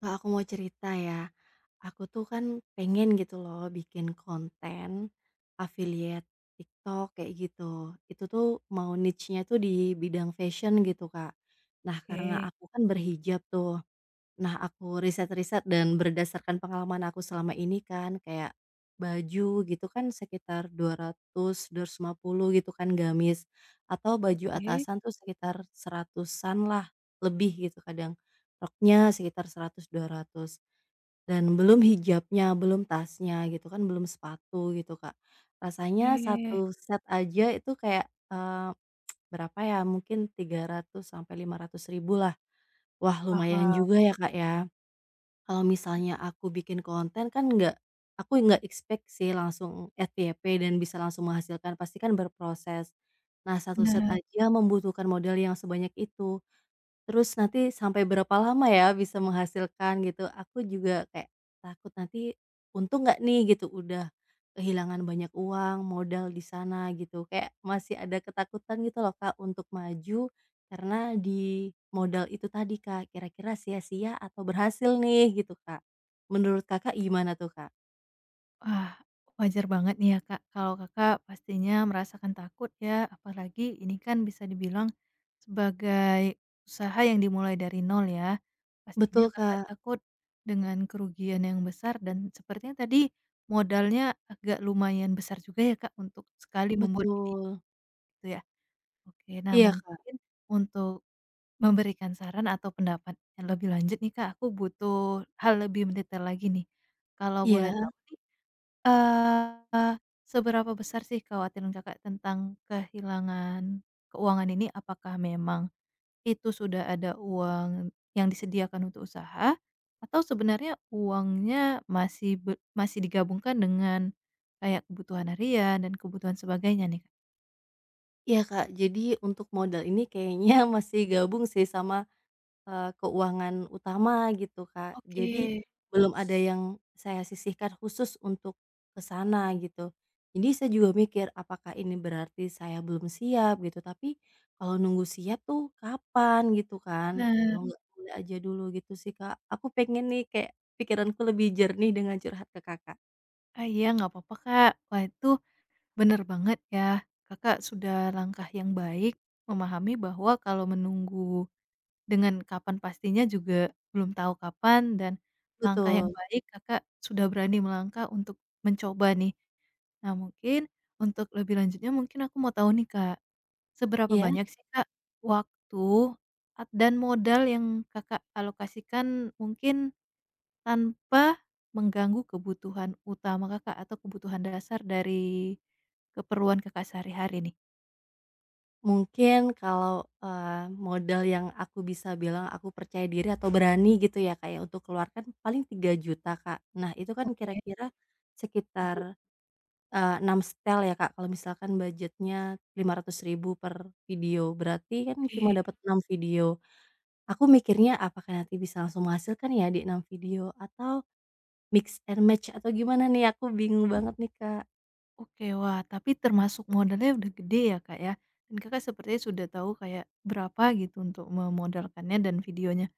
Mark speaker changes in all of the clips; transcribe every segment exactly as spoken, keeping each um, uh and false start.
Speaker 1: Kak, aku mau cerita ya. Aku tuh kan pengen gitu loh bikin konten affiliate TikTok kayak gitu. Itu tuh mau niche-nya tuh di bidang fashion gitu, Kak. Nah,
Speaker 2: Oke
Speaker 1: karena aku kan berhijab tuh. Nah, aku riset-riset dan berdasarkan pengalaman aku selama ini kan, kayak baju gitu kan sekitar dua dua ratus dua ratus lima puluh gitu kan gamis, atau baju
Speaker 2: oke
Speaker 1: atasan tuh sekitar seratusan lah, lebih gitu kadang. Roknya sekitar seratus dua ratus dan belum hijabnya, belum tasnya gitu kan, belum sepatu gitu, Kak. Rasanya
Speaker 2: oke,
Speaker 1: satu set aja itu kayak, eee, berapa ya, mungkin tiga ratus sampai lima ratus ribu lah. Wah, lumayan
Speaker 2: paham.
Speaker 1: juga ya, Kak, ya. Kalau misalnya aku bikin konten kan nggak aku nggak expect sih langsung F Y P dan bisa langsung menghasilkan, pasti kan berproses. Nah, satu set
Speaker 2: Bener.
Speaker 1: aja membutuhkan modal yang sebanyak itu. Terus nanti sampai berapa lama ya bisa menghasilkan gitu, aku juga kayak takut nanti untung nggak nih gitu, udah kehilangan banyak uang, modal di sana gitu, kayak masih ada ketakutan gitu loh, Kak, untuk maju karena di modal itu tadi, Kak, kira-kira sia-sia atau berhasil nih gitu, Kak. Menurut Kakak gimana tuh, Kak?
Speaker 2: Wah, wajar banget nih ya, Kak, kalau Kakak pastinya merasakan takut ya, apalagi ini kan bisa dibilang sebagai usaha yang dimulai dari nol ya. Pastinya
Speaker 1: Betul,
Speaker 2: Kakak
Speaker 1: Kak,
Speaker 2: takut dengan kerugian yang besar dan sepertinya tadi modalnya agak lumayan besar juga ya, Kak, untuk sekali membuat video
Speaker 1: betul.
Speaker 2: gitu ya. Oke, nah
Speaker 1: Iya, Kak,
Speaker 2: mungkin untuk memberikan saran atau pendapat yang lebih lanjut nih Kak, aku butuh hal lebih mendetail lagi nih. Kalau
Speaker 1: iya,
Speaker 2: boleh tahu nih, eee, seberapa besar sih kekhawatiran Kakak tentang kehilangan keuangan ini? Apakah memang itu sudah ada uang yang disediakan untuk usaha? Atau sebenarnya uangnya masih be masih digabungkan dengan kayak kebutuhan harian dan kebutuhan sebagainya nih Kak?
Speaker 1: iya, Kak, jadi untuk modal ini kayaknya masih gabung sih sama, Eee, keuangan utama gitu, Kak. Jadi
Speaker 2: Oke.
Speaker 1: belum ada yang saya sisihkan khusus untuk ke sana gitu. Jadi saya juga mikir, apakah ini berarti saya belum siap gitu, tapi kalau nunggu siap tuh kapan gitu kan,
Speaker 2: Bener.
Speaker 1: kalau Mmm. nggak mulai aja dulu gitu sih, Kak. Aku pengen nih kayak pikiranku lebih jernih dengan curhat ke Kakak.
Speaker 2: Ah, iya nggak apa-apa Kak. Wah itu bener banget ya. Kakak sudah langkah yang baik memahami bahwa kalau menunggu dengan kapan pastinya juga belum tahu kapan dan langkah yang
Speaker 1: Betul,
Speaker 2: baik Kakak sudah berani melangkah untuk mencoba nih. Nah, mungkin untuk lebih lanjutnya mungkin aku mau tahu nih, Kak. Seberapa
Speaker 1: iya.
Speaker 2: banyak sih, Kak, waktu at- dan modal yang Kakak alokasikan mungkin tanpa mengganggu kebutuhan utama Kakak atau kebutuhan dasar dari keperluan Kakak sehari-hari nih?
Speaker 1: Mungkin kalau, eee, modal yang aku bisa bilang aku percaya diri atau berani gitu ya, kayak untuk keluarkan paling tiga juta, Kak. Nah, itu kan
Speaker 2: Oke,
Speaker 1: kira-kira sekitar,
Speaker 2: gede.
Speaker 1: eee, enam setel ya, Kak, kalau misalkan budgetnya lima ratus ribu per video, berarti kan cuma
Speaker 2: Oke
Speaker 1: dapat enam video. Aku mikirnya apakah nanti bisa langsung menghasilkan ya di enam video atau mix and match atau gimana nih? Aku bingung banget nih, Kak.
Speaker 2: oke. Wah, tapi termasuk modalnya udah gede ya, Kak, ya? Dan Kakak sepertinya sudah tahu kayak berapa gitu untuk memodalkannya dan videonya.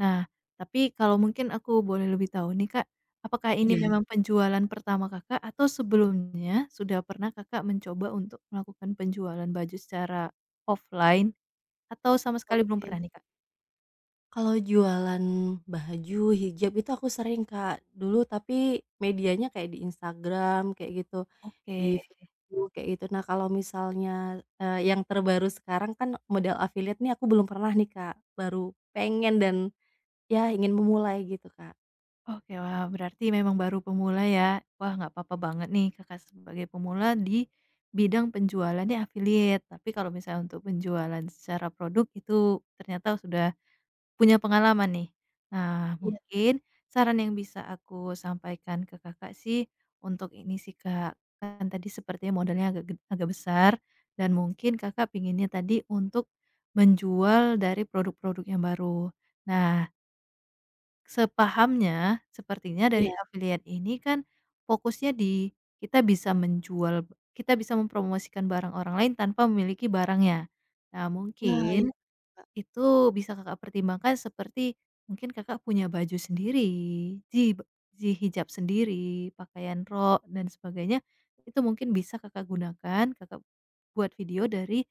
Speaker 2: Nah, tapi kalau mungkin aku boleh lebih tahu nih, Kak, apakah ini Mhm.
Speaker 1: Iya.
Speaker 2: memang penjualan pertama Kakak atau sebelumnya sudah pernah Kakak mencoba untuk melakukan penjualan baju secara offline? Atau sama sekali belum
Speaker 1: Oke.
Speaker 2: pernah nih, Kak?
Speaker 1: Kalau jualan baju, hijab itu aku sering, Kak, dulu, tapi medianya kayak di Instagram kayak gitu, di
Speaker 2: Oke
Speaker 1: Facebook kayak gitu. Nah, kalau misalnya, eee, yang terbaru sekarang kan model affiliate nih aku belum pernah nih, Kak, baru pengen dan ya ingin memulai gitu, Kak.
Speaker 2: oke, wah berarti memang baru pemula ya. Wah nggak apa-apa banget nih Kakak sebagai pemula di bidang penjualannya affiliate, tapi kalau misalnya untuk penjualan secara produk itu ternyata sudah punya pengalaman nih. Nah
Speaker 1: Iya,
Speaker 2: mungkin saran yang bisa aku sampaikan ke Kakak sih untuk ini sih Kak, kan tadi sepertinya modalnya agak ged agak besar dan mungkin Kakak pinginnya tadi untuk menjual dari produk-produk yang baru. Nah sepahamnya, sepertinya Mhm. dari
Speaker 1: iya.
Speaker 2: affiliate ini kan fokusnya di kita bisa menjual kita bisa mempromosikan barang orang lain tanpa memiliki barangnya. Nah,
Speaker 1: Nah, iya,
Speaker 2: mungkin itu bisa Kakak pertimbangkan seperti mungkin Kakak punya baju sendiri, ji ji hijab sendiri, pakaian rok dan sebagainya, itu mungkin bisa Kakak gunakan, Kakak buat video dari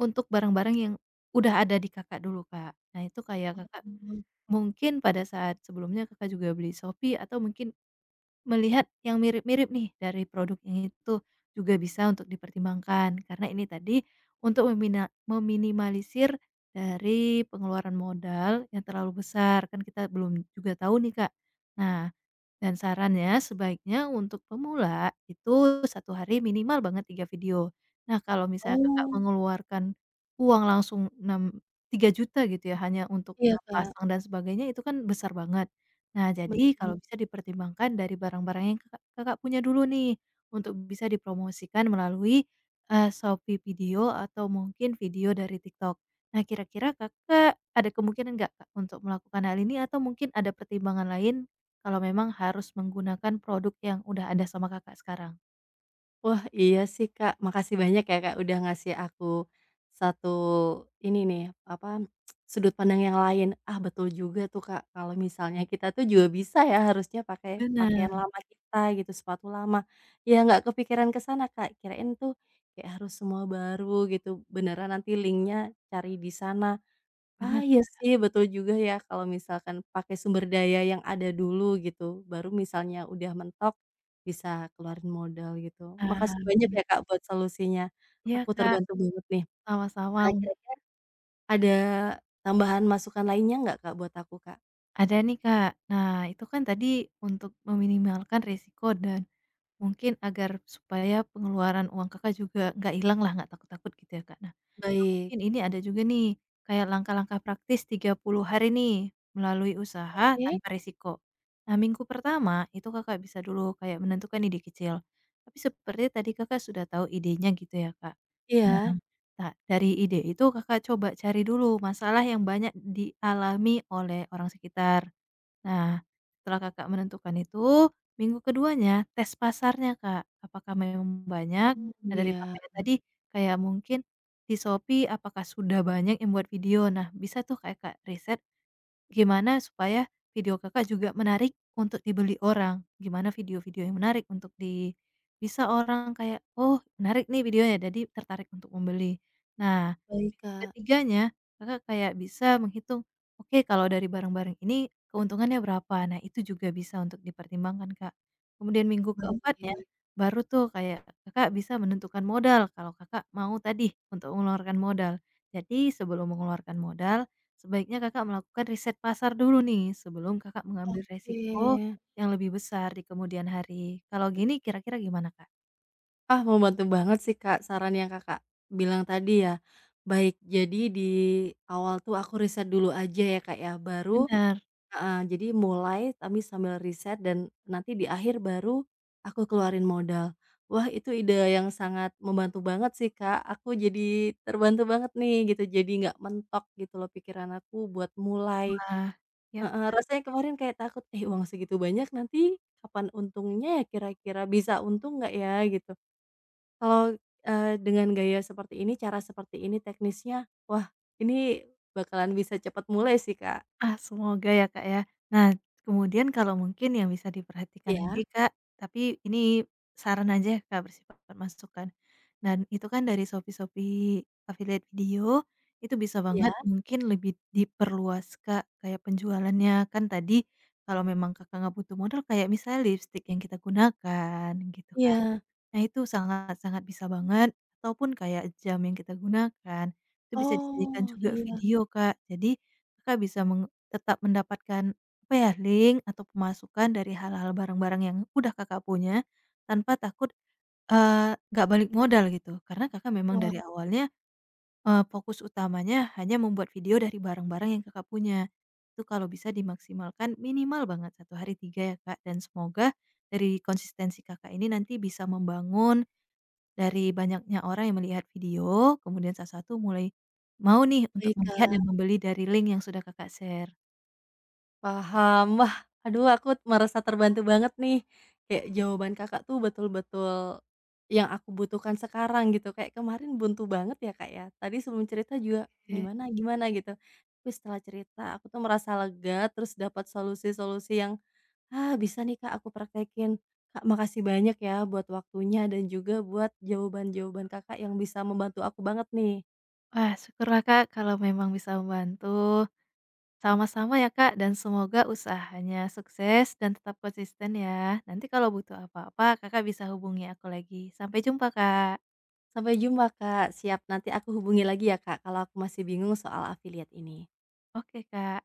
Speaker 2: untuk barang-barang yang udah ada di Kakak dulu, Kak. Nah, itu kayak Kakak
Speaker 1: mhm.
Speaker 2: mungkin pada saat sebelumnya Kakak juga beli Shopee atau mungkin melihat yang mirip-mirip nih dari produk yang itu, juga bisa untuk dipertimbangkan. Karena ini tadi untuk memina meminimalisir dari pengeluaran modal yang terlalu besar, kan kita belum juga tahu nih Kak. Nah dan sarannya sebaiknya untuk pemula itu satu hari minimal banget tiga video. Nah kalau misalnya Kakak
Speaker 1: Oh,
Speaker 2: mengeluarkan uang langsung enam tiga juta gitu ya hanya untuk
Speaker 1: iya,
Speaker 2: enam
Speaker 1: Kak,
Speaker 2: pasang dan sebagainya itu kan besar banget. Nah jadi
Speaker 1: betul.
Speaker 2: kalau bisa dipertimbangkan dari barang-barang yang Kakak Kakak punya dulu nih, untuk bisa dipromosikan melalui, eee, Shopee Video atau mungkin video dari TikTok. Nah kira-kira Kakak ada kemungkinan nggak Kak untuk melakukan hal ini atau mungkin ada pertimbangan lain? Kalau memang harus menggunakan produk yang udah ada sama Kakak sekarang.
Speaker 1: Wah, iya sih, Kak. Makasih banyak ya, Kak, udah ngasih aku satu ini nih, apa, sudut pandang yang lain. Ah, betul juga tuh, Kak, kalau misalnya kita tuh juga bisa ya harusnya pakai
Speaker 2: Bener
Speaker 1: pakaian lama kita gitu, sepatu lama. Ya nggak kepikiran ke sana, Kak, kirain tuh kayak harus semua baru gitu, beneran nanti linknya cari di sana. Ah,
Speaker 2: bener,
Speaker 1: iya
Speaker 2: Kak,
Speaker 1: sih betul juga ya kalau misalkan pakai sumber daya yang ada dulu gitu, baru misalnya udah mentok bisa keluarin modal gitu. Makasih banyak
Speaker 2: bener.
Speaker 1: ya, Kak, buat solusinya,
Speaker 2: Iya,
Speaker 1: aku
Speaker 2: Kak,
Speaker 1: terbantu banget nih.
Speaker 2: sama-sama.
Speaker 1: Ada tambahan masukan lainnya nggak, Kak, buat aku, Kak?
Speaker 2: Ada nih, Kak. Nah, itu kan tadi untuk meminimalkan risiko dan mungkin agar supaya pengeluaran uang Kakak juga nggak hilang lah nggak takut-takut gitu ya, Kak. Nah,
Speaker 1: Baik,
Speaker 2: mungkin ini ada juga nih, kayak langkah-langkah praktis tiga puluh hari nih, melalui usaha
Speaker 1: oke?
Speaker 2: tanpa risiko. Nah, minggu pertama itu Kakak bisa dulu kayak menentukan ide kecil. Tapi seperti tadi Kakak sudah tahu idenya gitu ya, Kak.
Speaker 1: Iya.
Speaker 2: Nah, dari ide itu Kakak coba cari dulu masalah yang banyak dialami oleh orang sekitar. Nah, setelah Kakak menentukan itu, minggu keduanya tes pasarnya, Kak. Apakah memang banyak?
Speaker 1: Oh.
Speaker 2: Nah, dari
Speaker 1: Iya,
Speaker 2: pakaian tadi kayak mungkin di Shopee apakah sudah banyak yang buat video? Nah, bisa tuh kayak Kak riset gimana supaya video Kakak juga menarik untuk dibeli orang? Gimana video-video yang menarik untuk di bisa orang kayak, "Oh, menarik nih videonya," jadi tertarik untuk membeli. Nah,
Speaker 1: baik,
Speaker 2: minggu
Speaker 1: Kak,
Speaker 2: ketiganya Kakak kayak bisa menghitung, "Oke, kalau dari barang-barang ini keuntungannya berapa?" Nah, itu juga bisa untuk dipertimbangkan, Kak. Kemudian minggu keempatnya,
Speaker 1: baik,
Speaker 2: baru tuh kayak Kakak bisa menentukan modal, kalau Kakak mau tadi untuk mengeluarkan modal. Jadi sebelum mengeluarkan modal, sebaiknya Kakak melakukan riset pasar dulu nih, sebelum Kakak mengambil resiko
Speaker 1: oke.
Speaker 2: yang lebih besar di kemudian hari. Kalau gini kira-kira gimana, Kak?
Speaker 1: Ah, membantu banget sih, Kak, saran yang Kakak bilang tadi ya. Baik, jadi di awal tuh aku riset dulu aja ya, Kak, ya, baru
Speaker 2: Benar.
Speaker 1: heeh, jadi mulai kami sambil riset dan nanti di akhir baru aku keluarin modal. Wah, itu ide yang sangat membantu banget sih, Kak, aku jadi terbantu banget nih gitu, jadi nggak mentok gitu loh pikiran aku buat mulai.
Speaker 2: Wah, iya.
Speaker 1: Heeh, rasanya kemarin kayak takut, "Eh, uang segitu banyak nanti kapan untungnya ya kira-kira, bisa untung nggak ya?" Gitu. Kalau, eee, dengan gaya seperti ini, cara seperti ini, teknisnya, wah, ini bakalan bisa cepat mulai sih, Kak.
Speaker 2: Ah, semoga ya, Kak, ya. Nah, kemudian kalau mungkin yang bisa diperhatikan lagi,
Speaker 1: Iya,
Speaker 2: Kak, tapi ini saran aja ya, Kak, bersifat masukan. Dan itu kan dari Shopee-Shopee affiliate video, itu bisa banget
Speaker 1: iya,
Speaker 2: mungkin lebih diperluas, Kak, kayak penjualannya. Kan tadi kalau memang Kakak nggak butuh modal kayak misalnya lipstik yang kita gunakan gitu kan.
Speaker 1: iya.
Speaker 2: Nah itu sangat sangat bisa banget, ataupun kayak jam yang kita gunakan, itu bisa dijadikan
Speaker 1: Oh,
Speaker 2: juga
Speaker 1: iya.
Speaker 2: video, Kak. Jadi Kakak bisa meng tetap mendapatkan, apa ya, link atau pemasukan dari hal-hal barang-barang yang udah Kakak punya, tanpa takut, eee, nggak balik modal gitu. Karena Kakak memang
Speaker 1: Wah,
Speaker 2: dari awalnya, eee, fokus utamanya hanya membuat video dari barang-barang yang Kakak punya. Itu kalau bisa dimaksimalkan minimal banget satu hari tiga ya, Kak, dan semoga dari konsistensi Kakak ini nanti bisa membangun dari banyaknya orang yang melihat video, kemudian salah satu mulai mau nih untuk
Speaker 1: baik,
Speaker 2: melihat
Speaker 1: Kak.
Speaker 2: dan membeli dari link yang sudah Kakak share.
Speaker 1: Paham. Wah, aduh aku merasa terbantu banget nih. Kayak jawaban Kakak tuh betul-betul yang aku butuhkan sekarang gitu. Kayak kemarin buntu banget ya, Kak, ya. Tadi sebelum cerita juga
Speaker 2: Oke.
Speaker 1: gimana gimana gitu. Tapi setelah cerita aku tuh merasa lega, terus dapat solusi-solusi yang, ah, bisa nih, Kak, aku praktekin. Kak, makasih banyak ya buat waktunya dan juga buat jawaban-jawaban Kakak yang bisa membantu aku banget nih.
Speaker 2: Wah, syukurlah Kak kalau memang bisa membantu. Sama-sama ya Kak, dan semoga usahanya sukses dan tetap konsisten ya. Nanti kalau butuh apa-apa, Kakak bisa hubungi aku lagi. Sampai jumpa Kak.
Speaker 1: Sampai jumpa, Kak, siap nanti aku hubungi lagi ya, Kak, kalau aku masih bingung soal afiliat ini.
Speaker 2: Oke Kak.